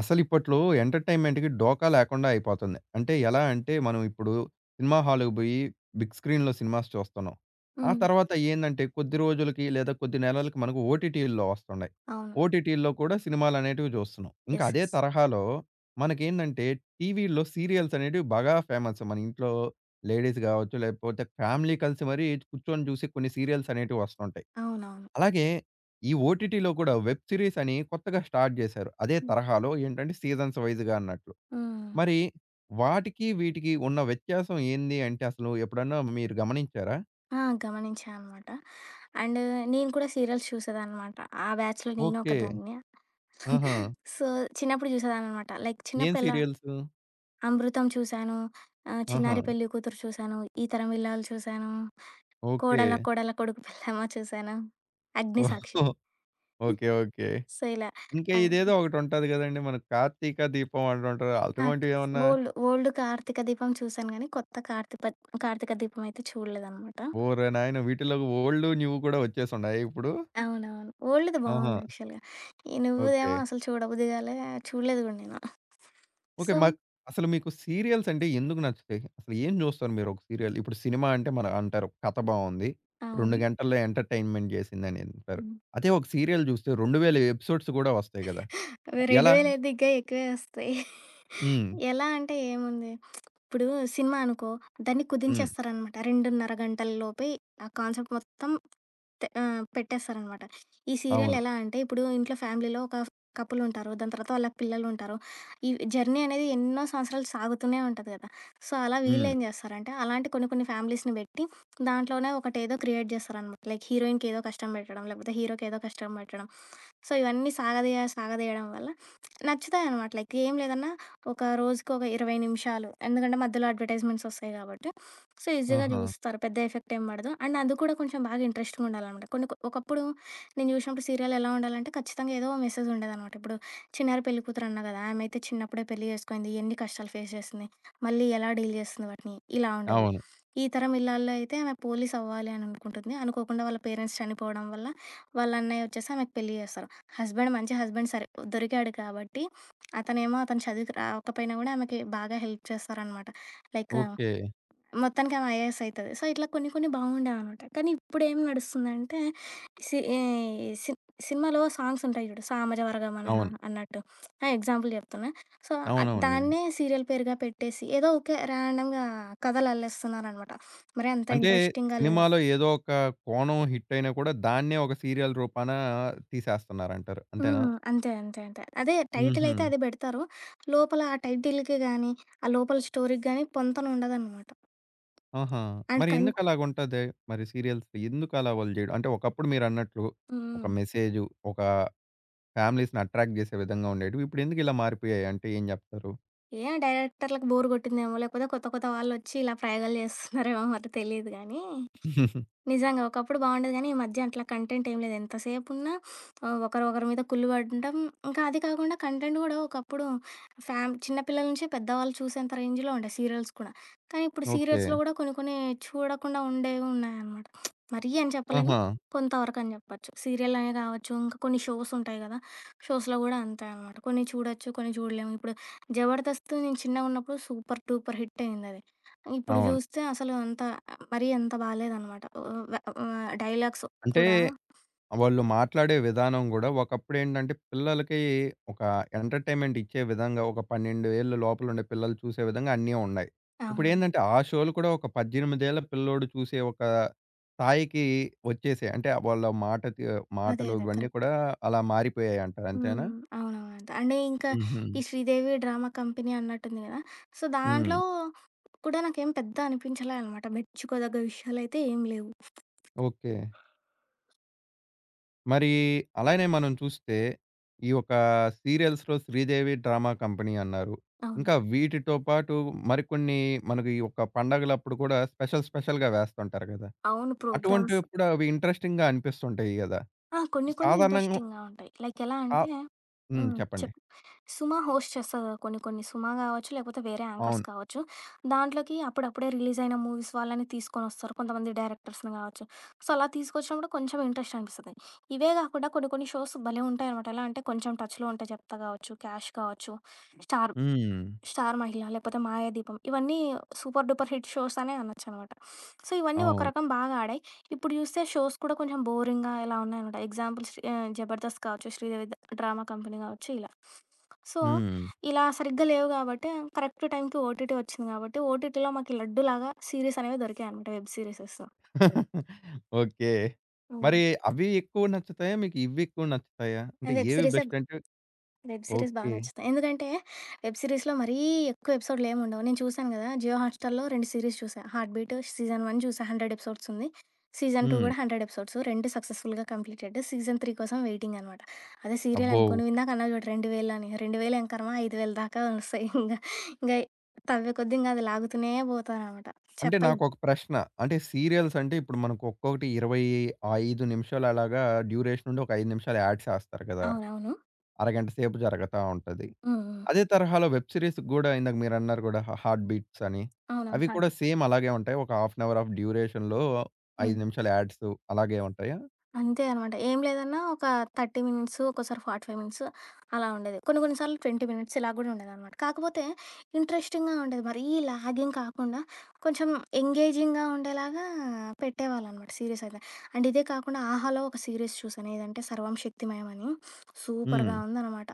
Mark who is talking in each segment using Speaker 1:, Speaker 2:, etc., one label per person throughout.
Speaker 1: అసలిప్పట్లో ఎంటర్‌టైన్‌మెంట్‌కి డోకా లేకుండా అయిపోతుంది. అంటే ఎలా అంటే, మనం ఇప్పుడు సినిమా హాల్‌కి బోయి బిగ్ స్క్రీన్‌లో సినిమాస్ చూస్తున్నాం. ఆ
Speaker 2: హ్మ్.
Speaker 1: తర్వాత ఏందంటే, కొద్ది రోజులకి లేదా కొద్ది నెలలకి మనకు ఓటీటీల్లో వస్తున్నాయి.
Speaker 2: అవును.
Speaker 1: ఓటీటీల్లో కూడా సినిమాలనేటివి జూస్తున్నాం. ఇంకా
Speaker 2: యెస్.
Speaker 1: అదే
Speaker 2: యెస్.
Speaker 1: తరహాలో మనకేందంటే, టీవీల్లో సీరియల్స్ అనేటివి బాగా ఫేమస్. మన ఇంట్లో లేడీస్ గావచ్చు, లేకపోతే ఫ్యామిలీ కలిసి మరీ కూర్చొని జూసే కొన్ని సీరియల్స్ అనేటివి వస్తుంటాయి.
Speaker 2: అవునవును.
Speaker 1: అలాగే ఈ ఓటీటీలో కూడా వెబ్ సీరీస్ అని కొత్తగా స్టార్ట్ చేశారు. అదే
Speaker 2: హ్మ్.
Speaker 1: తరహాలో ఏంటంటే సీజన్స్ వైస్‌గా అన్నట్లు.
Speaker 2: హ్మ్.
Speaker 1: మరి వాటికి, వీటికి ఉన్న వ్యత్యాసం ఏంది అంటే అసలు ఎప్పుడన్నా మీరు గమనించారా?
Speaker 2: ఆ! గమనించా అనమాట. అండ్ నేను కూడా సీరియల్స్ చూసేదాన్నమాట. ఆ బ్యాచ్‌లో నేను
Speaker 1: ఓకే.
Speaker 2: ఒకదాన్ని.
Speaker 1: ఆహా!
Speaker 2: సో, చిన్నప్పుడు చూసేదాన్ననమాట. లైక్
Speaker 1: ఏం
Speaker 2: చిన్నప్పుడు ఎలా
Speaker 1: సీరియల్సు?
Speaker 2: 'అమృతం' చూశాను,
Speaker 1: ఆహా!
Speaker 2: 'చిన్నారి పెళ్లి కూతురు' చూశాను, ఈ తరం ఇల్లాలు చూశాను,
Speaker 1: ఓకే.
Speaker 2: 'కోడల కోడల కొడుకు పెళ్ళామా' చూశాను, 'అగ్నిసాక్షి'.
Speaker 1: ఓహో! ఓకే. ఓకే.
Speaker 2: సో, ఇలా
Speaker 1: ఇంకా
Speaker 2: అండ్
Speaker 1: ఇదేదో ఒకటుంటది గదండీ! మనకు 'కార్తీక దీపం' అంటుంటారు.
Speaker 2: ఆ!
Speaker 1: అటువంటివేమన్నా?
Speaker 2: ఓల్డ్ ఓల్డ్ 'కార్తీక దీపం' చూశాను గానీ కొత్త 'కార్తీక దీపం' అయితే చూడలేదనమాట.
Speaker 1: ఓరే నాయన! వీటిలో ఓల్డ్, న్యూ కూడా వచ్చేసున్నాయా ఇప్పుడు?
Speaker 2: అవునవును. ఓల్డ్‌ది
Speaker 1: ఆహా!
Speaker 2: బావుంది యాక్చువల్‌గా. ఈ
Speaker 1: ఓకే.
Speaker 2: నువ్వుదేమో అసలు చూడబుద్ధి గాలే, చూడలేదు గూడా నేను.
Speaker 1: ఓకే.
Speaker 2: సో
Speaker 1: మాక్ అసలు మీకు సీరియల్స్ అంటే ఎందుకు నచ్చుతాయి? అసలు ఏం జూస్తారు మీరు ఒక సీరియల్? ఇప్పుడు సినిమా అంటే మన అంటారు కథ బావుంది. 2
Speaker 2: అవును.
Speaker 1: గంటల్లో ఎంటర్‌టైన్‌మెంట్ జేసిందని అంటారు.
Speaker 2: హ్మ్.
Speaker 1: అదే ఒక సీరియల్ జూస్తే 2000 ఎపిసోడ్స్ గూడా వస్తాయి గదా! ఎలా?
Speaker 2: 2000 దిగ్గా ఎక్కువే వస్తాయి.
Speaker 1: హ్మ్.
Speaker 2: ఎలా అంటే ఏముంది? ఇప్పుడు సినిమా అనుకో, దాన్ని
Speaker 1: హ్మ్.
Speaker 2: కుదించేస్తారనమాట. 2:30 గంటల లోపే ఆ కాన్సెప్ట్ మొత్తం పెట్టేస్తారనమాట. ఈ సీరియల్
Speaker 1: అవును.
Speaker 2: ఎలా అంటే, ఇప్పుడు ఇంట్లో ఫ్యామిలీలో ఒక కపుల్ ఉంటారు. దాని తర్వాత వాళ్ళకి పిల్లలుంటారు. ఈ జర్నీ అనేది ఎన్నో సంవత్సరాలు సాగుతూనే ఉంటది కదా! సో, అలా
Speaker 1: హ్మ్.
Speaker 2: వీళ్ళేం చేస్తారంటే, అలాంటి కొన్ని కొన్ని ఫ్యామిలీస్‌ని పెట్టి, దాంట్లోనే ఒకటేదో క్రియేట్ చేస్తారనమాట. లైక్ హీరోయిన్‌కి ఏదో కష్టం పెట్టడం, లేకపోతే హీరోకి ఏదో కష్టం పెట్టడం. సో, ఇవన్నీ సాగదీయ సాగదీయడం వల్ల నచ్చుతాయనమాట. లైక్ ఏం లేదన్నా ఒక రోజుకి ఒక 20 నిమిషాలు. ఎందుకంటే మధ్యలో అడ్వర్‌టైజ్‌మెంట్స్ వస్తాయి కాబట్టి. సో, ఈజీగా
Speaker 1: ఆహా!
Speaker 2: జూస్తారు. పెద్ద ఎఫెక్ట్ ఏం పడదు. అండ్ అది కూడా కొంచెం బాగా ఇంట్రెస్టింగ్‌గా ఉండాలనమాట. కొన్ని ఒకప్పుడు నేను జూసినప్పుడు సీరియల్ ఎలా ఉండాలంటే ఖచ్చితంగా ఏదో మెసేజ్ ఉండేదనమాట. ఇప్పుడు 'చిన్నారి పెళ్లి కూతురు' అన్నా గదా! ఆమె అయితే చిన్నప్పుడే పెళ్లి జేసుకుంది. ఎన్ని కష్టాలు ఫేస్ చేసింది. మళ్ళీ ఎలా డీల్ జేస్తుంది వాటిని. ఇలా ఉండేది.
Speaker 1: అవును.
Speaker 2: ఈ తరం ఇల్లాల్లో అయితే ఆమె పోలీస్ అవ్వాలి అని అనుకుంటుంది. అనుకోకుండా వాళ్ళ పేరెంట్స్ చనిపోవడం వల్ల వాళ్ళ అన్నయ్య వచ్చేసి ఆమెకు పెళ్లి జేస్తారు. హస్బెండ్ మంచి హస్బెండ్ సరే దొరికాడు కాబట్టి అతనేమో అతను చదువుకి రాకపోయినా గూడా ఆమెకి బాగా హెల్ప్ చేస్తారనమాట. Like
Speaker 1: okay.
Speaker 2: మొత్తానికి ఆమె ఐఏఎస్ అయితది. సో, ఇట్లా కొన్ని కొన్ని బావుండేవనమాట. కానీ ఇప్పుడేం నడుస్తుందంటే సి ఈ సి సినిమాలో సాంగ్స్ ఉంటాయి జూడు. 'సామజవరగమన'
Speaker 1: అవును.
Speaker 2: అన్నట్టు. ఎగ్జాంపుల్ జెప్తున్నా. సో,
Speaker 1: అవునవునులెండి.
Speaker 2: దాన్నే సీరియల్ పేరుగా పెట్టేసి ఏదో ఊకే ర్యాండమ్‌గా కథలు అల్లేస్తున్నారనమాట. మరి అంత
Speaker 1: అంటే
Speaker 2: ఇంట్రెస్టింగ్‌గా లేవు.
Speaker 1: సినిమాలో ఏదో ఒక కోణం హిట్ అయినా కూడా దాన్నే ఒక సీరియల్ రూపాన తీసేస్తున్నారంటారు. అంతేనా?
Speaker 2: హ్మ్. అంతే. అంతే. అంతే. అదే టైటిల్
Speaker 1: హుహు.
Speaker 2: అయితే అది బెడతారు. లోపల ఆ టైటిల్‌కి గానీ, ఆ లోపల స్టోరీకి గానీ పొంతన ఉండదనమాట.
Speaker 1: ఆహా!
Speaker 2: అండ్
Speaker 1: మరి
Speaker 2: కన్
Speaker 1: ఎందుకలాగుంటది? మరి సీరియల్స్ ఎందుకలా వాళ్ళు జేయడం? అంటే ఒకప్పుడు మీరన్నట్లు ఒక
Speaker 2: హ్మ్.
Speaker 1: మెసేజు, ఒక ఫ్యామిలీస్‌ని అట్రాక్ట్ జేసే విధంగా ఉండేటివి. ఇప్పుడెందుకిలా మారిపోయాయి అంటే ఏం జెప్తారు?
Speaker 2: ఏ డైరెక్టర్‌లకి బోర్ గొట్టిందేమో! లేకపోతే కొత్త కొత్త వాళ్ళొచ్చి ఇలా ప్రయోగాలు చేస్తున్నారేమో మరి తెలీదు గానీ నిజంగా. ఒకప్పుడు బావుండేది గానీ, ఈ మధ్య అట్లా కంటెంట్ ఏం లేదు. ఎంతసేపున్నా ఒకరు ఒకరి మీద కుళ్ళు పడడం. ఇంకా అది కాకుండా కంటెంట్ గూడా ఒకప్పుడు చిన్న పిల్లల నుంచి పెద్దవాళ్ళు చూసేంత రేంజ్‌లో ఉండే సీరియల్స్ కూడా. కానీ ఇప్పుడు
Speaker 1: ఓకే.
Speaker 2: సీరియల్స్‌లో గూడా కొన్ని కొన్ని చూడకుండా ఉండేవి ఉన్నాయన్నమాట. మరీ అని చెప్పలేను.
Speaker 1: ఆహా!
Speaker 2: కొంతవరకు అని జెప్పొచ్చు. సీరియల్ అనే గావచ్చు, ఇంకా కొన్ని షోస్ ఉంటాయి గదా! షోస్‌లో గూడా అంతే అనమాట. కొన్ని చూడొచ్చు, కొన్ని చూడలేము. ఇప్పుడు 'జబర్దస్త్' నేను చిన్నగున్నప్పుడు సూపర్ డూపర్ హిట్ అయిందది. ఇప్పుడు
Speaker 1: అవును.
Speaker 2: జూస్తే అసలు అంత మరీ అంత బాలేదనమాట. డైలాగ్స్
Speaker 1: అంటే
Speaker 2: కూడా
Speaker 1: వాళ్ళు మాట్లాడే విధానం గూడా ఒకప్పుడేంటంటే, పిల్లలకి ఒక ఎంటర్‌టైన్‌మెంట్ ఇచ్చే విధంగా, ఒక 12 ఏళ్ల లోపలుండే పిల్లలు చూసే విధంగా అన్నీ ఉన్నాయి.
Speaker 2: అవునవును.
Speaker 1: ఇప్పుడేందంటే, ఆ షోలు కూడా ఒక 18 ఏళ్ల పిల్లోడు చూసే ఒక స్థాయికి వచ్చేసాయి. అంటే, వాళ్ళ
Speaker 2: అదే.
Speaker 1: మాటలు
Speaker 2: అదే.
Speaker 1: ఇవన్నీ
Speaker 2: కరెక్ట్.
Speaker 1: కూడా అలా మారిపోయాయంటారు. అంతేనా?
Speaker 2: హ్మ్. అవునవును. అంతే. అంటే ఇంకా
Speaker 1: హుహు.
Speaker 2: ఈ 'శ్రీదేవి డ్రామా కంపెనీ' అన్నట్టుంది గదా! సో,
Speaker 1: హ్మ్.
Speaker 2: దాంట్లో కూడా నాకేం పెద్ద అనిపించలే అనమాట. మెచ్చుకోదగ్గ విషయాలైతే ఏం లేవు.
Speaker 1: ఓకే. మరి అలానే మనం చూస్తే, ఈ యొక్క సీరియల్స్‌లో 'శ్రీదేవి డ్రామా కంపెనీ' అన్నారు.
Speaker 2: అవును.
Speaker 1: ఇంకా వీటితో పాటు మరికొన్ని మనకు ఈ యొక్క పండగలప్పుడు కూడా స్పెషల్ స్పెషల్‌గా వేస్తుంటారు కదా!
Speaker 2: అవును. ప్రోగ్రామ్స్.
Speaker 1: అటువంటివి కూడా అవి ఇంట్రెస్టింగ్‌గా అనిపిస్తుంటాయి గదా!
Speaker 2: ఆ! కొన్ని కొన్ని
Speaker 1: సాధారణంగా
Speaker 2: ఇంట్రెస్టింగ్‌గా ఉంటాయి. లైక్ ఎలా
Speaker 1: ఆ
Speaker 2: అంటే
Speaker 1: హ్మ్.
Speaker 2: హ్మ్.
Speaker 1: చెప్పండి.
Speaker 2: చెప్పు. సుమ హోస్ట్ చేస్తది కదా! కొన్ని కొన్ని సుమ కావచ్చు, లేకపోతే వేరే యాంకర్స్
Speaker 1: అవును.
Speaker 2: కావచ్చు. దాంట్లోకి అప్పుడప్పుడే రిలీజ్ అయిన మూవీస్ వాళ్ళని తీసుకొనొస్తారు. కొంతమంది డైరెక్టర్స్‌ని కావచ్చు. సో, అలా తీసుకొచ్చినప్పుడు కొంచెం ఇంట్రెస్ట్ అనిపిస్తది. ఇవే కాకుండా కొన్ని కొన్ని షోస్ భలే ఉంటాయనమాట. ఎలా అంటే కొంచెం టచ్‌లో ఉంటే చెప్తా కావచ్చు, క్యాష్ కావచ్చు, స్టార్
Speaker 1: హ్మ్.
Speaker 2: 'స్టార్ మహిళ' లేపోతే 'మాయాదీపం' ఇవన్నీ సూపర్ డూపర్ హిట్ షోస్ అనే అనొచ్చనమాట. సో, ఇవన్నీ ఒక
Speaker 1: అవును.
Speaker 2: రకం బాగా ఆడాయి. ఇప్పుడు చూస్తే షోస్ కూడా కొంచెం బోరింగ్‌గా ఇలా ఉన్నాయనమాట. ఎగ్జాంపుల్ 'జబర్దస్త్' కావచ్చు, 'శ్రీదేవి ద డ్రామా కంపెనీ' కావచ్చు ఇలా. సో,
Speaker 1: హ్మ్.
Speaker 2: ఇలా సరిగ్గా లేవు కాబట్టి కరెక్ట్ టైంకి ఓటీటీ వచ్చింది కాబట్టి ఓటీటీలో మాకు లడ్డులాగా సీరీస్ అనేవి దొరికాయనమాట వెబ్ సీరీసెస్. హ్మ్.
Speaker 1: ఓకే.
Speaker 2: హ్మ్.
Speaker 1: మరి అవి ఎక్కువ నచ్చుతాయా? మీకు ఇవి ఎక్కువ నచ్చుతాయా? అంటే
Speaker 2: వెబ్
Speaker 1: ఏవి
Speaker 2: సీరీసే
Speaker 1: బెస్ట్ అంటే
Speaker 2: వెబ్ సీరీస్ బాగా
Speaker 1: ఓకే.
Speaker 2: నచ్చుతాయి. ఎందుకంటే వెబ్ సీరీస్‌లో మరీ ఎక్కువ ఎపిసోడ్‌లు ఏమి ఉండవు. నేను చూసాను కదా! జియో హాట్‌స్టార్‌లో 2 సీరీస్ చూసా. 'హార్ట్ బీట్' సీజన్ 1 చూసా 100 ఎపిసోడ్స్ ఉంది. సీజన్ 2
Speaker 1: హ్మ్.
Speaker 2: కూడా 100 ఎపిసోడ్స్. 2 సక్సెస్‌ఫుల్‌గా కంప్లీటెడ్. సీజన్ 3 కోసం వెయిటింగ్ అనమాట. అదే సీరియల్
Speaker 1: అబ్బో!
Speaker 2: అనుకో నువ్వు ఇందాక అన్నావు చూడు 2000 అని. 2000 ఏం కర్మ 5000 దాకా వస్తాయి ఇంగా. ఇంగా తవ్వే కొద్దీ ఇంగా అది లాగుతూనే పోతారనమాట.
Speaker 1: అంటే
Speaker 2: చెప్పలేం.
Speaker 1: నాకొక ప్రశ్న. అంటే సీరియల్స్ అంటే ఇప్పుడు మనకు ఒక్కొక్కటి 25 నిమిషాలు అలాగా డ్యూరేషన్ ఉండి ఒక 5 నిమిషాలు యాడ్ చేస్తారు కదా!
Speaker 2: అవునవును.
Speaker 1: అరగంట సేపు జరగతా ఉంటది.
Speaker 2: హ్మ్. హ్మ్.
Speaker 1: అదే తరహాలో వెబ్ సీరీస్‌కి గూడా ఇందాక మీరన్నారు గూడా హ హార్ట్ బీట్స్ అని.
Speaker 2: అవునవును.
Speaker 1: అవి కూడా
Speaker 2: 'హార్ట్'
Speaker 1: సేమ్ అలాగే ఉంటాయా? ఒక హాఫ్ అన్ అవర్ ఆఫ్ డ్యూరేషన్‌లో
Speaker 2: హ్మ్.
Speaker 1: 5 నిమిషాల యాడ్స్ అలాగే ఉంటాయా?
Speaker 2: అంతే అనమాట. ఏం లేదన్నా ఒక 30 మినిట్స్, ఒక్కోసారి 45 మినిట్స్ అలా ఉండేది. కొన్ని కొన్ని సార్లు 20 మినిట్స్ ఇలా గూడా ఉండేదనమాట. కాకపోతే ఇంట్రెస్టింగ్‌గా ఉండేది. మరీ లాగింగ్ కాకుండా కొంచెం ఎంగేజింగ్‌గా ఉండేలాగా పెట్టేవాళ్ళనమాట సీరీస్ అయితే. అండ్ ఇదే కాకుండా 'ఆహాలో' ఒక సీరీస్ చూశాను. ఏదంటే 'సర్వం శక్తిమయం' అని.
Speaker 1: హ్మ్.
Speaker 2: సూపర్‌గా ఉందనమాట.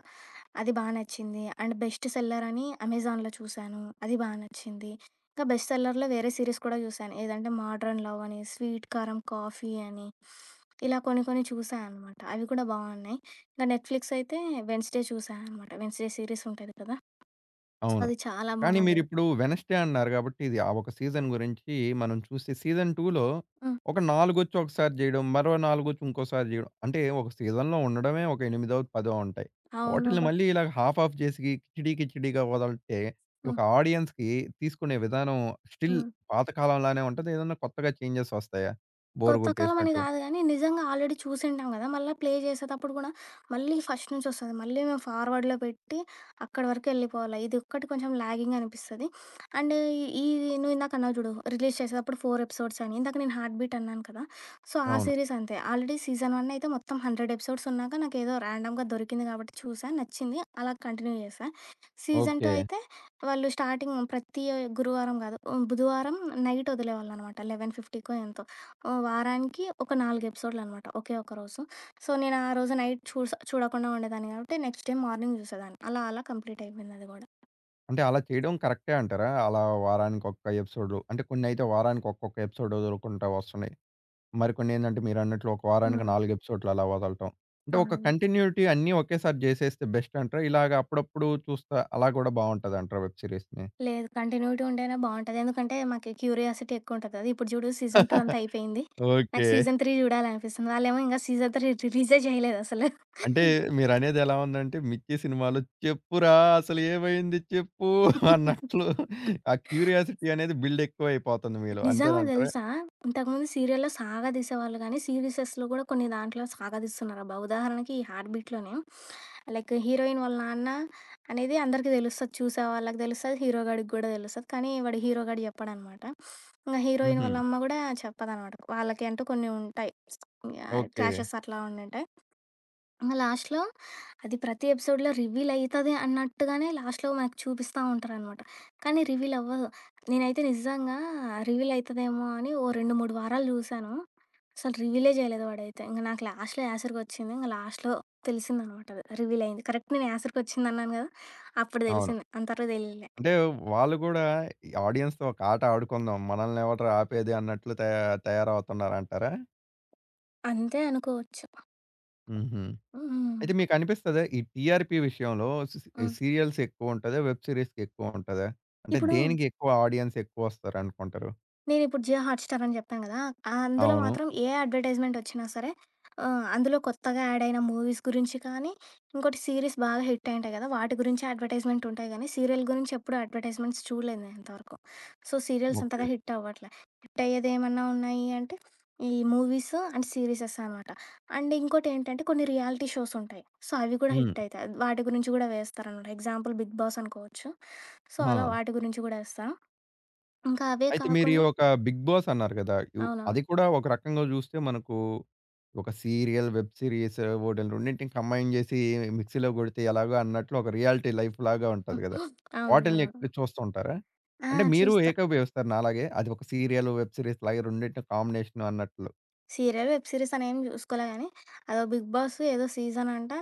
Speaker 2: అది బా నచ్చింది. అండ్ బెస్ట్ సెల్లర్ అని అమెజాన్‌లో చూశాను. అది బా నచ్చింది. ఇంకా బెస్ట్ సెల్లర్‌లో వేరే సీరీస్ కూడా చూశాను. ఏదంటే 'మోడ్రన్ లవ్' అని, 'స్వీట్ కారం కాఫీ' అని ఇలా కొన్ని కొన్ని చూశా అనమాట. అవి కూడా బాగున్నాయి. ఇంకా నెట్‌ఫ్లిక్స్ అయితే 'వెడ్నెస్‌డే' చూశా అనమాట. 'వెడ్నెస్‌డే' సీరీస్ ఉంటది కదా! సో,
Speaker 1: అవును.
Speaker 2: అది చాలా
Speaker 1: కానీ
Speaker 2: బాగుండేది.
Speaker 1: మీరిప్పుడు 'వెనస్‌డే' అన్నారు గాబట్టి, ఇది ఆ ఒక సీజన్ గురించి మనం చూస్తే సీజన్ 2లో
Speaker 2: హ్మ్.
Speaker 1: ఒక నాలుగొచ్చి ఒకసారి జేయడం, మరో నాలుగొచ్చి ఇంకోసారి జేయడం. అంటే ఒక సీజన్‌లో ఉండడమే ఒక ఎనిమిదో, పదో ఉంటాయి. వాటిల్ని
Speaker 2: అవునబ్బా!
Speaker 1: మళ్ళీ ఇలా హాఫ్ హాఫ్ జేసి కిచిడీ కిచిడీగా వదలంటే ఈ
Speaker 2: హ్మ్.
Speaker 1: ఒక ఆడియన్స్‌కి తీసుకునే విధానం స్టిల్
Speaker 2: హ్మ్.
Speaker 1: పాతకాలంలానే ఉంటదా? ఏదన్నా కొత్తగా చేంజెస్ ఒస్తాయా? బోర్
Speaker 2: కొత్త కాలం అని
Speaker 1: గొట్టేసినట్టు?
Speaker 2: గాదు గానీ, నిజంగా ఆల్రెడీ చూసింటాం గదా! మళ్ళా ప్లే చేసేటప్పుడు గూడా మళ్ళీ ఫస్ట్ నుంచి వస్తది. మళ్ళీ మేము ఫార్వర్డ్‌లో పెట్టి అక్కడి వరకు ఎళ్ళిపోవాల. ఇదొక్కటి కొంచెం లాగింగ్ అనిపిస్తది. అండ్ ఇది నువ్వు ఇందాక అన్నావు జూడు, రిలీజ్ చేసేటప్పుడు 4 ఎపిసోడ్స్ అని. ఇందాక నేను 'హార్ట్ బీట్' అన్నాను కదా! సో, ఆ
Speaker 1: అవును.
Speaker 2: సీరీస్ అంతే. ఆల్రెడీ సీజన్ 1 అయితే మొత్తం 100 ఎపిసోడ్స్ ఉన్నాక నాకేదో ర్యాండమ్‌గా దొరికింది కాబట్టి చూసా, నచ్చింది. అలా కంటిన్యూ చేశా. Season 2
Speaker 1: okay.
Speaker 2: అయితే వాళ్ళు స్టార్టింగ్ ప్రతి గురువారం గాదు, బుధవారం నైట్ వదిలేవాళ్ళనమాట. 11:50కో ఎంతో. ఓ వారానికి ఒక 4 ఎపిసోడ్‌లనమాట. ఒకే ఒక రోజు. సో, నేను ఆ రోజు నైట్ చూడకుండా ఉండేదాన్ని కాబట్టి నెక్స్ట్ డే మార్నింగ్ చూసేదాన్ని. అలా అలా కంప్లీట్ అయిపోయింది అది గూడా.
Speaker 1: అంటే అలా చేయడం కరెక్టే అంటారా? అలా వారానికొక్క ఎపిసోడ్‌లు అంటే కొన్నైతే వారానికి ఒక్కొక్క ఎపిసోడ్ ఒదులుకుంటా వస్తున్నాయి. మరికొన్నేందంటే మీరన్నట్లు ఒక వారానికి
Speaker 2: హ్మ్.
Speaker 1: 4 ఎపిసోడ్లు అలా వదలటం. అంటే ఒక
Speaker 2: అవును.
Speaker 1: కంటిన్యూటీ అన్నీ ఒకేసారి జేసేస్తే బెస్ట్ అంటారా? ఇలాగ అప్పుడప్పుడు చూస్తా అలా గూడా బావుంటదంటారా వెబ్ సీరీస్‌ని?
Speaker 2: లేదు కంటిన్యూటీ ఉంటేనే బావుంటది. ఎందుకంటే మాకి క్యూరియాసిటీ ఎక్కువుంటది కదా! ఇప్పుడు చూడు సీజన్ 2 అంతా అయిపోయింది. నాకు
Speaker 1: ఓకే.
Speaker 2: సీజన్ 3 చూడాలనిపిస్తుంది. వాళ్ళేమో ఇంకా సీజన్ 3 రిలీజే చేయలేదు అసలు.
Speaker 1: అంటే మీరనేది ఎలా ఉందంటే 'మిక్కీ' సినిమాలో చెప్పురా అసలు ఏమైంది చెప్పు అన్నట్లు ఆ క్యూరియాసిటీ అనేది బిల్డ్ ఎక్కువైపోతుంది మీలో.
Speaker 2: నిజంగా
Speaker 1: అంతేనంటారా?
Speaker 2: తెలుసా? ఇంతకుముందు సీరియల్‌లో సాగదీసేవాళ్ళు గానీ, సీరీసెస్‌లో గూడా కొన్ని దాంట్లో సాగదీస్తున్నారబ్బా! ఉదాహరణకి ఈ 'హార్ట్ బీట్'లోనే లైక్ హీరోయిన్ వాళ్ళ నాన్న అనేది అందరికీ తెలుస్తది. చూసే వాళ్ళకి తెలుస్తది. హీరో గాడికి గూడా తెలుస్తది. కానీ వాడు హీరో గాడు చెప్పడనమాట. ఇంగ హీరోయిన్
Speaker 1: హుహు.
Speaker 2: వాళ్ళ అమ్మ గూడా చెప్పదనమాట. వాళ్ళకి అంటూ కొన్ని ఉంటాయి.
Speaker 1: ఓకే.
Speaker 2: క్లాషెస్ అట్లా ఉండుంటాయి. ఇంగ లాస్ట్‌లో అది ప్రతి ఎపిసోడ్‌లో రివీల్ అయితది అన్నట్టుగానే లాస్ట్‌లో మనకు చూపిస్తా ఉంటారనమాట. కానీ రివీల్ అవ్వదు. నేనైతే నిజంగా రివీల్ అయితదేమో అని ఓ 2, 3 వారాలు జూసాను. అసలు రివీలే జేయలేదు వాడైతే. ఇంక నాకు లాస్ట్‌లో యాసరికొచ్చింది. ఇంక లాస్ట్‌లో తెలిసిందనమాట అది రివీల్ అయింది. కరెక్ట్ నేను యాసరికొచ్చిందన్నాను గదా! అప్పుడు
Speaker 1: అవును.
Speaker 2: దెలిసింది. అంతవరకు దెలీలే.
Speaker 1: అంటే వాళ్ళు గూడా ఈ ఆడియన్స్‌తో ఒక ఆట ఆడుకుందాం. మనల్ని ఎవడురా ఆపేది అన్నట్లు తయారవుతున్నారంటారా?
Speaker 2: అంతే అనుకోవచ్చు.
Speaker 1: హుహు. అయితే
Speaker 2: హ్మ్.
Speaker 1: మీకనిపిస్తదా? ఈ టీఆర్‌పీ విషయంలో సి సి
Speaker 2: హ్మ్.
Speaker 1: సీరియల్స్ ఎక్కువుంటదా? వెబ్ సీరీస్‌కి ఎక్కువుంటదా? అంటే
Speaker 2: ఇప్పుడు
Speaker 1: దేనికి ఎక్కువ ఆడియన్స్ ఎక్కువొస్తారనుకుంటారు?
Speaker 2: నేనిప్పుడు జియో హాట్‌స్టార్ అని జెప్పాను గదా! అందులో
Speaker 1: అవును.
Speaker 2: మాత్రం ఏ అడ్వర్‌టైజ్‌మెంటొచ్చినా సరే అందులో కొత్తగా యాడయిన మూవీస్ గురించి కానీ, ఇంకోటి సీరీస్ బాగా హిట్ అయ్యుంటాయి గదా! వాటి గురించే అడ్వర్‌టైజ్‌మెంటుంటాయి గానీ, సీరియల్ గురించి ఎప్పుడు అడ్వర్‌టైజ్‌మెంట్స్ చూడలేదు నేనింతవరకు. సో, సీరియల్స్ అంతగా
Speaker 1: ఓకే.
Speaker 2: హిట్ అవ్వట్లే. హిట్ అయ్యేదేమన్నా ఉన్నాయి అంటే, ఈ మూవీస్ అండ్ సీరీసెస్ అనమాట. అండ్ ఇంకోటేంటంటే కొన్ని రియాలిటీ షోస్ ఉంటాయి. సో, అవి కూడా
Speaker 1: హ్మ్.
Speaker 2: హిట్ అయితాయి. వాటి గురించి గూడా వేస్తారనమాట. ఎగ్జాంపుల్ 'బిగ్ బాస్' అనుకోవచ్చు. సో, అలా
Speaker 1: ఆ!
Speaker 2: వాటి గురించి గూడా ఏస్తారు. ఇంకా అవే
Speaker 1: అయితే మీరు ఈ
Speaker 2: కాకుండా
Speaker 1: ఒక 'బిగ్ బాస్' అన్నారు కదా! యు అది
Speaker 2: అవునవును.
Speaker 1: కూడా ఒక రకంగా చూస్తే మనకు ఒక సీరియల్, వెబ్ సీరీస్ వీటిని రెండింటిని కంబైన్ చేసి మిక్సీలో కొడితే ఎలాగో అన్నట్లు ఒక రియాలిటీ లైఫ్ లాగా ఉంటది కదా! వాటిల్ని
Speaker 2: అవునవునవును.
Speaker 1: ఎక్కువ చూస్తుంటారా?
Speaker 2: ఆ!
Speaker 1: అంటే మీరు
Speaker 2: చూస్తా.
Speaker 1: ఏకీభవిస్తారు నాలాగే. అది ఒక సీరియల్, వెబ్ సీరీస్ లాగే రెండిటిని కాంబినేషన్ అన్నట్లు.
Speaker 2: సీరియల్, వెబ్ సిరీస్ అనేమి జూసుకోలే గానీ, అదో 'బిగ్ బాస్' ఏదో సీజన్ అంట.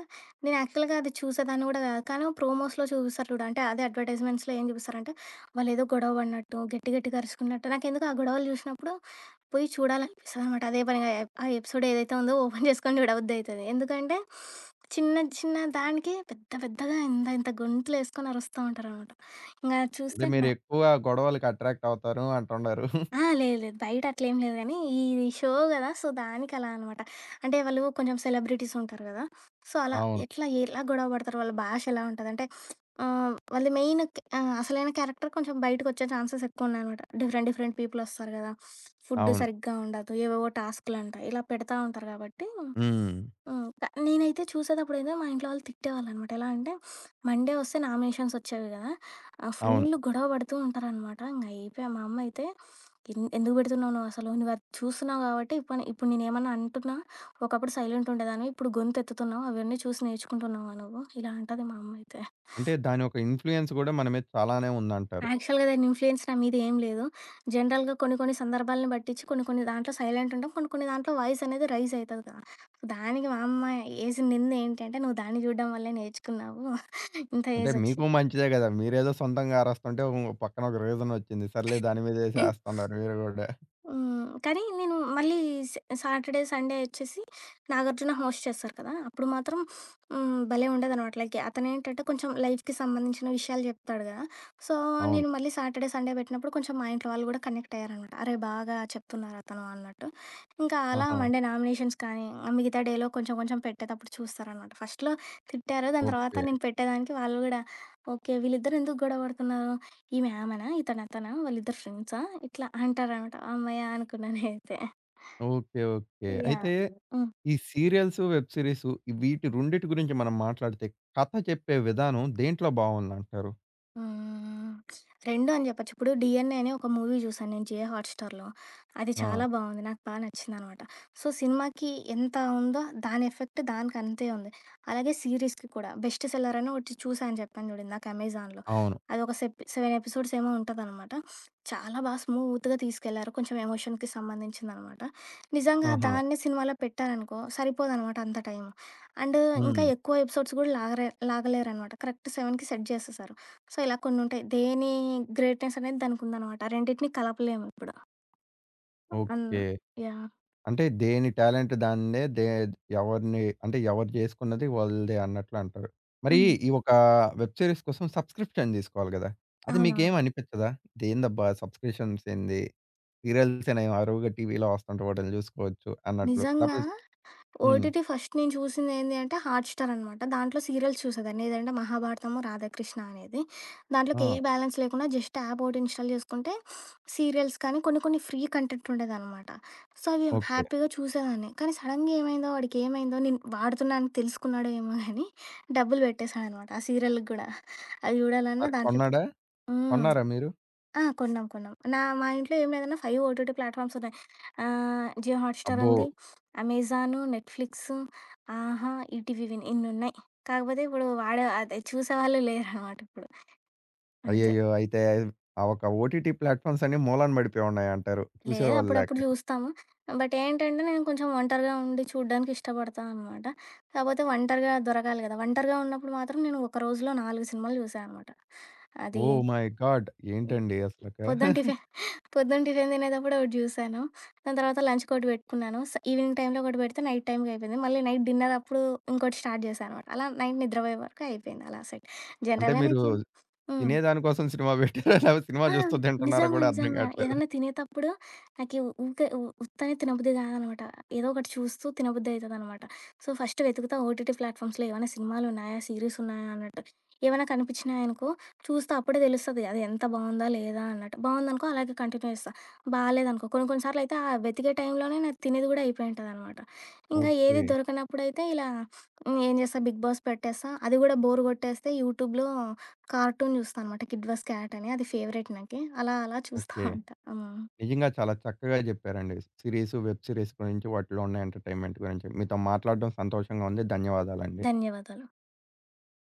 Speaker 2: నేను యాక్చువల్‌గా అది చూసేదాన్ని గూడా గాదు. కానీ ప్రోమోస్‌లో చూపిస్తారు చూడు. అంటే అదే అడ్వర్‌టైజ్‌మెంట్స్‌లో ఏం చూపిస్తారంటే, వాళ్ళేదో గొడవ పడినట్టు, గట్టి గట్టిగా అరుచుకున్నట్టు. నాకెందుకో ఆ గొడవలు జూశినప్పుడు పోయి చూడాలనిపిస్తదనమాట. అదే పనిగా ఎ ఆ ఎపిసోడ్ ఏదైతే ఉందో ఓపెన్ చేసుకొని చూడబుద్దయితది. ఎందుకంటే, చిన్న చిన్న దానికి పెద్ద పెద్దగా ఇంత ఇంత గొంతులేసుకొని అరుస్తా ఉంటారనమాట. ఇంగ అది
Speaker 1: అంటే
Speaker 2: చూస్తే
Speaker 1: మీరెక్కువ గొడవలకి అట్రాక్ట్ అవుతారు అంటున్నారు.
Speaker 2: ఆ! లేదు లేదు. బయట అట్లేం లేదు గానీ, ఇది షో గదా! సో, దానికలా అనమాట. అంటే వాళ్ళు కొంచెం సెలబ్రిటీస్ ఉంటారు గదా! సో, అలా
Speaker 1: అవును.
Speaker 2: ఎట్లా, ఎలా గొడవ పడతారు, వాళ్ళ భాష ఎలా ఉంటదంటే, ఆహ్, వాళ్ళ మెయిన్ క్ ఆహ్, అసలైన క్యారెక్టర్ కొంచెం బయటకొచ్చే ఛాన్సెస్ ఎక్కువున్నాయనమాట. డిఫరెంట్, డిఫరెంట్ పీపులొస్తారు గదా! ఫుడ్
Speaker 1: అవును.
Speaker 2: సరిగ్గా ఉండదు, ఏవేవో టాస్క్‌లంట, ఇలా పెడతా ఉంటారు గాబట్టి హ్మ్.
Speaker 1: హ్మ్.
Speaker 2: నేనైతే చూసేతప్పుడైతే మా ఇంట్లో వాళ్ళు తిట్టేవాళ్ళనమాట. ఎలా అంటే, మండే వస్తే నామినేషన్స్ ఒచ్చేవి గదా!
Speaker 1: అవును.
Speaker 2: ఫుల్ గొడవ పడుతూ ఉంటారనమాట. ఇంగ అయిపోయా. మా అమ్మయితే ఎందుకు పెడుతున్నావు నువ్వసలు? నువ్వది చూస్తున్నావు గాబట్టి ఇప్పని ఇప్పుడు నేనేమన్నా అంటున్నా, ఒకప్పుడు సైలెంట్ ఉండేదానివి, ఇప్పుడు గొంతెత్తుతున్నావు, అవన్నీ చూసి నేర్చుకుంటున్నావా నువ్వు? ఇలా అంటది మా అమ్మయితే.
Speaker 1: అంటే దాని యొక్క ఇన్‌ఫ్లుయెన్స్ గూడా మన మీద చాలానే ఉందంటారు.
Speaker 2: యాక్చువల్‌గా దాని ఇన్‌ఫ్లుయెన్స్ నా మీద ఏం లేదు. జనరల్‌గా కొన్ని కొన్ని సందర్భాలను బట్టిచ్చి, కొన్ని కొన్ని దాంట్లో సైలెంట్ ఉంటాం, కొన్ని కొన్ని దాంట్లో వాయిస్ అనేది రైజ్ అయితది కదా! దానికి మా అమ్మ ఏసిన నిందేంటంటే, "నువ్వు దాన్ని జూడడం వల్లే నేర్చుకున్నావు. ఇంత
Speaker 1: అంటే
Speaker 2: ఏజొచ్చిన".
Speaker 1: మీకు మంచిదే గదా! మీరేదో సొంతంగా అరస్తుంటే ఓ పక్కన ఒక రీజన్ వచ్చింది. సర్లే దాని మీదేసి ఏస్తున్నారు మీరు గూడా.
Speaker 2: హ్మ్. కానీ నేను మళ్ళీ స సాటర్‌డే, సండే వచ్చేసి నాగార్జున హోస్ట్ చేస్తారు కదా! అప్పుడు మాత్రం హ్మ్, భలే ఉండేదనమాట. లైక్ అతనేంటంటే కొంచెం లైఫ్‌కి సంబంధించిన విషయాలు చెప్తాడు కదా! సో,
Speaker 1: అవును.
Speaker 2: నేను మళ్ళీ సాటర్‌డే, సండే పెట్టినప్పుడు కొంచెం మా ఇంట్లో వాళ్ళు కూడా కనెక్ట్ అయ్యారనమాట. అరే! బాగా చెప్తున్నారు అతను అన్నట్టు. ఇంకా అలా
Speaker 1: ఆహా!
Speaker 2: మండే నామినేషన్స్ కానీ, ఆ మిగతా డేలో కొంచెం కొంచెం పెట్టేటప్పుడు చూస్తారనమాట. ఫస్ట్‌లో తిట్టారు. దాని తర్వాత
Speaker 1: ఓకే.
Speaker 2: నేను పెట్టేదానికి వాళ్ళు కూడా ఓకే. వీళ్ళిద్దరు ఎందుకు గొడవ పడుతున్నారు? ఈమె ఆమెనా? ఇతను అతనా? వాళ్ళిద్దరు ఫ్రెండ్సా? ఇట్లా అంటారనమాట. హమ్మయ్య! అనుకున్నా నేనైతే.
Speaker 1: ఓకే. ఓకే.
Speaker 2: యాహ్!
Speaker 1: అయితే
Speaker 2: హ్మ్.
Speaker 1: ఈ సీరియల్స్, వెబ్ సీరీస్ వీటి రెండిటి గురించి మనం మాట్లాడితే కథ చెప్పే విధానం దేంట్లో బావుందంటారు?
Speaker 2: హ్మ్. 2 అని చెప్పొచ్చు. ఇప్పుడు 'డీఎన్ఏ' అని ఒక మూవీ చూసాను నేను జియో హాట్‌స్టార్‌లో. అది
Speaker 1: ఆ!
Speaker 2: చాలా బావుంది. నాకు బా నచ్చిందనమాట. సో, సినిమాకి ఎంత ఉందో దాని ఎఫెక్ట్ దానికి అంతే ఉంది. అలాగే సీరీస్‌కి కూడా. బెస్ట్ సెల్లర్ అని ఒకటి చూసా అని చెప్పాను చూడు ఇందాక అమెజాన్‌లో.
Speaker 1: అవును.
Speaker 2: అదొక 7 ఎపిసోడ్స్ ఏమో ఉంటదనమాట. చాలా బా స్మూత్‌గా తీసుకెళ్లారు. కొంచెం ఎమోషన్‌కి సంబంధించిందనమాట. నిజంగా
Speaker 1: ఆహా!
Speaker 2: దాన్నే సినిమాలో పెట్టారనుకో సరిపోదనమాట అంత టైము. అండ్ ఇంకా
Speaker 1: హ్మ్.
Speaker 2: ఎక్కువ ఎపిసోడ్స్ కూడా లాగరే లాగలేరనమాట. కరెక్ట్ 7కి సెట్ చేసేసారు. సో, ఇలా కొన్నుంటాయి. దేని గ్రేట్‌నెస్ అనేది దానికుందనమాట. రెండిటిని కలపలేము ఇప్పుడు. అన్
Speaker 1: ఓకే.
Speaker 2: యాహ్!
Speaker 1: అంటే దేని టాలెంట్ దానిదే. ఎవరిని అంటే ఎవరు జేసుకున్నది వాళ్ళదే అన్నట్లు అంటారు. మరి
Speaker 2: హ్మ్.
Speaker 1: ఈ ఒక వెబ్ సీరీస్ కోసం సబ్‌స్క్రిప్షన్ తీసుకోవాలి గదా! అది మీకేం
Speaker 2: అవునవును.
Speaker 1: అనిపిచ్చదా? ఇదేందబ్బా! సబ్‌స్క్రిప్షన్స్ ఏంది? సీరియల్సేనా ఏమి అరువుగా టీవీలో వస్తుంటే వాటిల్ని జూసుకోవచ్చు అన్నట్లు.
Speaker 2: నిజంగా
Speaker 1: లేపోతే స్ హ్మ్.
Speaker 2: ఓటీటీ ఫస్ట్ నేను చూసిందేంది అంటే హాట్‌స్టార్ అనమాట. దాంట్లో సీరియల్స్ చూసేదాన్ని. ఏదంటే 'మహాభారతము', 'రాధాకృష్ణ' అనేది. దాంట్లోకి
Speaker 1: ఆ!
Speaker 2: ఏ బ్యాలెన్స్ లేకుండా జస్ట్ యాప్ ఒకటి ఇన్‌స్టాల్ చేసుకుంటే సీరియల్స్ కానీ కొన్ని కొన్ని ఫ్రీ కంటెంట్ ఉండేదనమాట. సో, అవి
Speaker 1: ఓకే.
Speaker 2: హ్యాపీగా చూసేదాన్ని. కానీ సడెన్‌గా ఏమైందో వాడికేమైందో నేను వాడుతున్నా అని తెలుసుకున్నాడో ఏమో గానీ డబ్బులు పెట్టేశాడనమాట ఆ సీరియల్‌కి గూడా. అవి చూడాలన్నా
Speaker 1: మరి
Speaker 2: దాంట్లోకి
Speaker 1: కొన్నాడా?
Speaker 2: హ్మ్.
Speaker 1: కొన్నారా మీరు?
Speaker 2: ఆ! కొన్నాం. కొన్నాం. మా ఇంట్లో ఏం లేదన్నా 5 ఓటీటీ ప్లాట్‌ఫామ్స్ ఉన్నాయి. ఆహ్, జియో హాట్‌స్టార్
Speaker 1: అబ్బో!
Speaker 2: ఉంది. Amazon, Netflix, Aha! ETV Win ఇన్నున్నాయి. కాకపోతే ఇప్పుడు వాడే అదే చూసేవాళ్ళు లేరనమాట ఇప్పుడు. అంతే.
Speaker 1: అయ్యయ్యో! అయితే ఆ ఒక ఓటీటీ ప్లాట్‌ఫార్మ్స్ అన్నీ మూలన బడిపోయి ఉన్నాయంటారు.
Speaker 2: లేదు
Speaker 1: చూసేవాళ్ళు లేక.
Speaker 2: అప్పుడప్పుడు చూస్తాము. బట్ ఏంటంటే నేను కొంచెం ఒంటరిగా ఉండి చూడ్డానికి ఇష్టపడతా అనమాట. కాపోతే ఒంటరిగా దొరకాలి కదా! ఒంటరిగా ఉన్నప్పుడు మాత్రం నేను ఒక రోజులో 4 సినిమాలు చూసా అనమాట. అది
Speaker 1: ఓహ్ మై గాడ్! ఏంటండి అసలక?
Speaker 2: పొద్దున టిఫి పొద్దున టిఫిన్ తినేటప్పుడు ఒకటి చూశాను. దాని తర్వాత లంచ్‌కొకటి పెట్టుకున్నాను. ఈవినింగ్ టైమ్‌లో ఒకటి పెడితే నైట్ టైమ్‌కి అయిపోయింది. మళ్ళీ నైట్ డిన్నర్ అప్పుడు ఇంకోటి స్టార్ట్ చేశా అనమాట. అలా నైట్ నిద్రపోయే వరకు అయిపోయింది అలా సెట్.
Speaker 1: అంటే
Speaker 2: జనరల్‌గా
Speaker 1: మీరు
Speaker 2: నాకి హ్మ్.
Speaker 1: తినేదాని కోసం సినిమా పెట్టారా? లేపోతే సినిమా
Speaker 2: ఆ!
Speaker 1: చూస్తూ తింటున్నారా
Speaker 2: నిజంగా.
Speaker 1: గూడా అర్థం
Speaker 2: నిజంగా.
Speaker 1: కావట్లేదు.
Speaker 2: ఏదన్నా తినేతప్పుడు నాకి ఊకే ఉ ఉత్తనే తినబుద్ధి కాదనమాట. ఏదో ఒకటి చూస్తూ తినబుద్ధి అయితదనమాట. సో, ఫస్ట్ వెతుకుతా ఓటీటీ ప్లాట్‌ఫామ్స్‌లో ఏవన్నా సినిమాలున్నాయా, సీరీసున్నాయా అన్నట్టు. ఏవన్నా కనిపించినాయనుకో చూస్తా. అప్పుడే తెలుస్తది అది ఎంత బావుందా, లేదా అన్నట్టు. బావుందనుకో అలాగే కంటిన్యూ చేస్తా. బాలేదనుకో కొన్ని కొన్ని సార్లయితే ఆ వెతికే టైంలోనే నాది తినేది కూడా అయిపోయి ఉంటదనమాట. ఇంగా
Speaker 1: ఓకే.
Speaker 2: ఏది దొరకనప్పుడైతే ఇలా హ్మ్. ఏం చేస్తా 'బిగ్ బాస్' పెట్టేస్తా. అది కూడా బోర్ కొట్టేస్తే యూట్యూబ్‌లో కార్టూన్ జూస్తా అనమాట. 'కిడ్ వస్ క్యాట్' అని అది ఫేవరెట్ నాకి. అలా అలా చూస్తా
Speaker 1: ఓకే.
Speaker 2: ఉంటా. హ్మ్.
Speaker 1: నిజంగా చాలా చక్కగా జెప్పారండి. సీరీస్, వెబ్ సీరీస్ గురించి వాటిలో ఉన్న ఎంటర్‌టైన్‌మెంట్ గురించి మీతో మాట్లాడడం సంతోషంగా ఉంది. ధన్యవాదాలండి.
Speaker 2: ధన్యవాదాలు.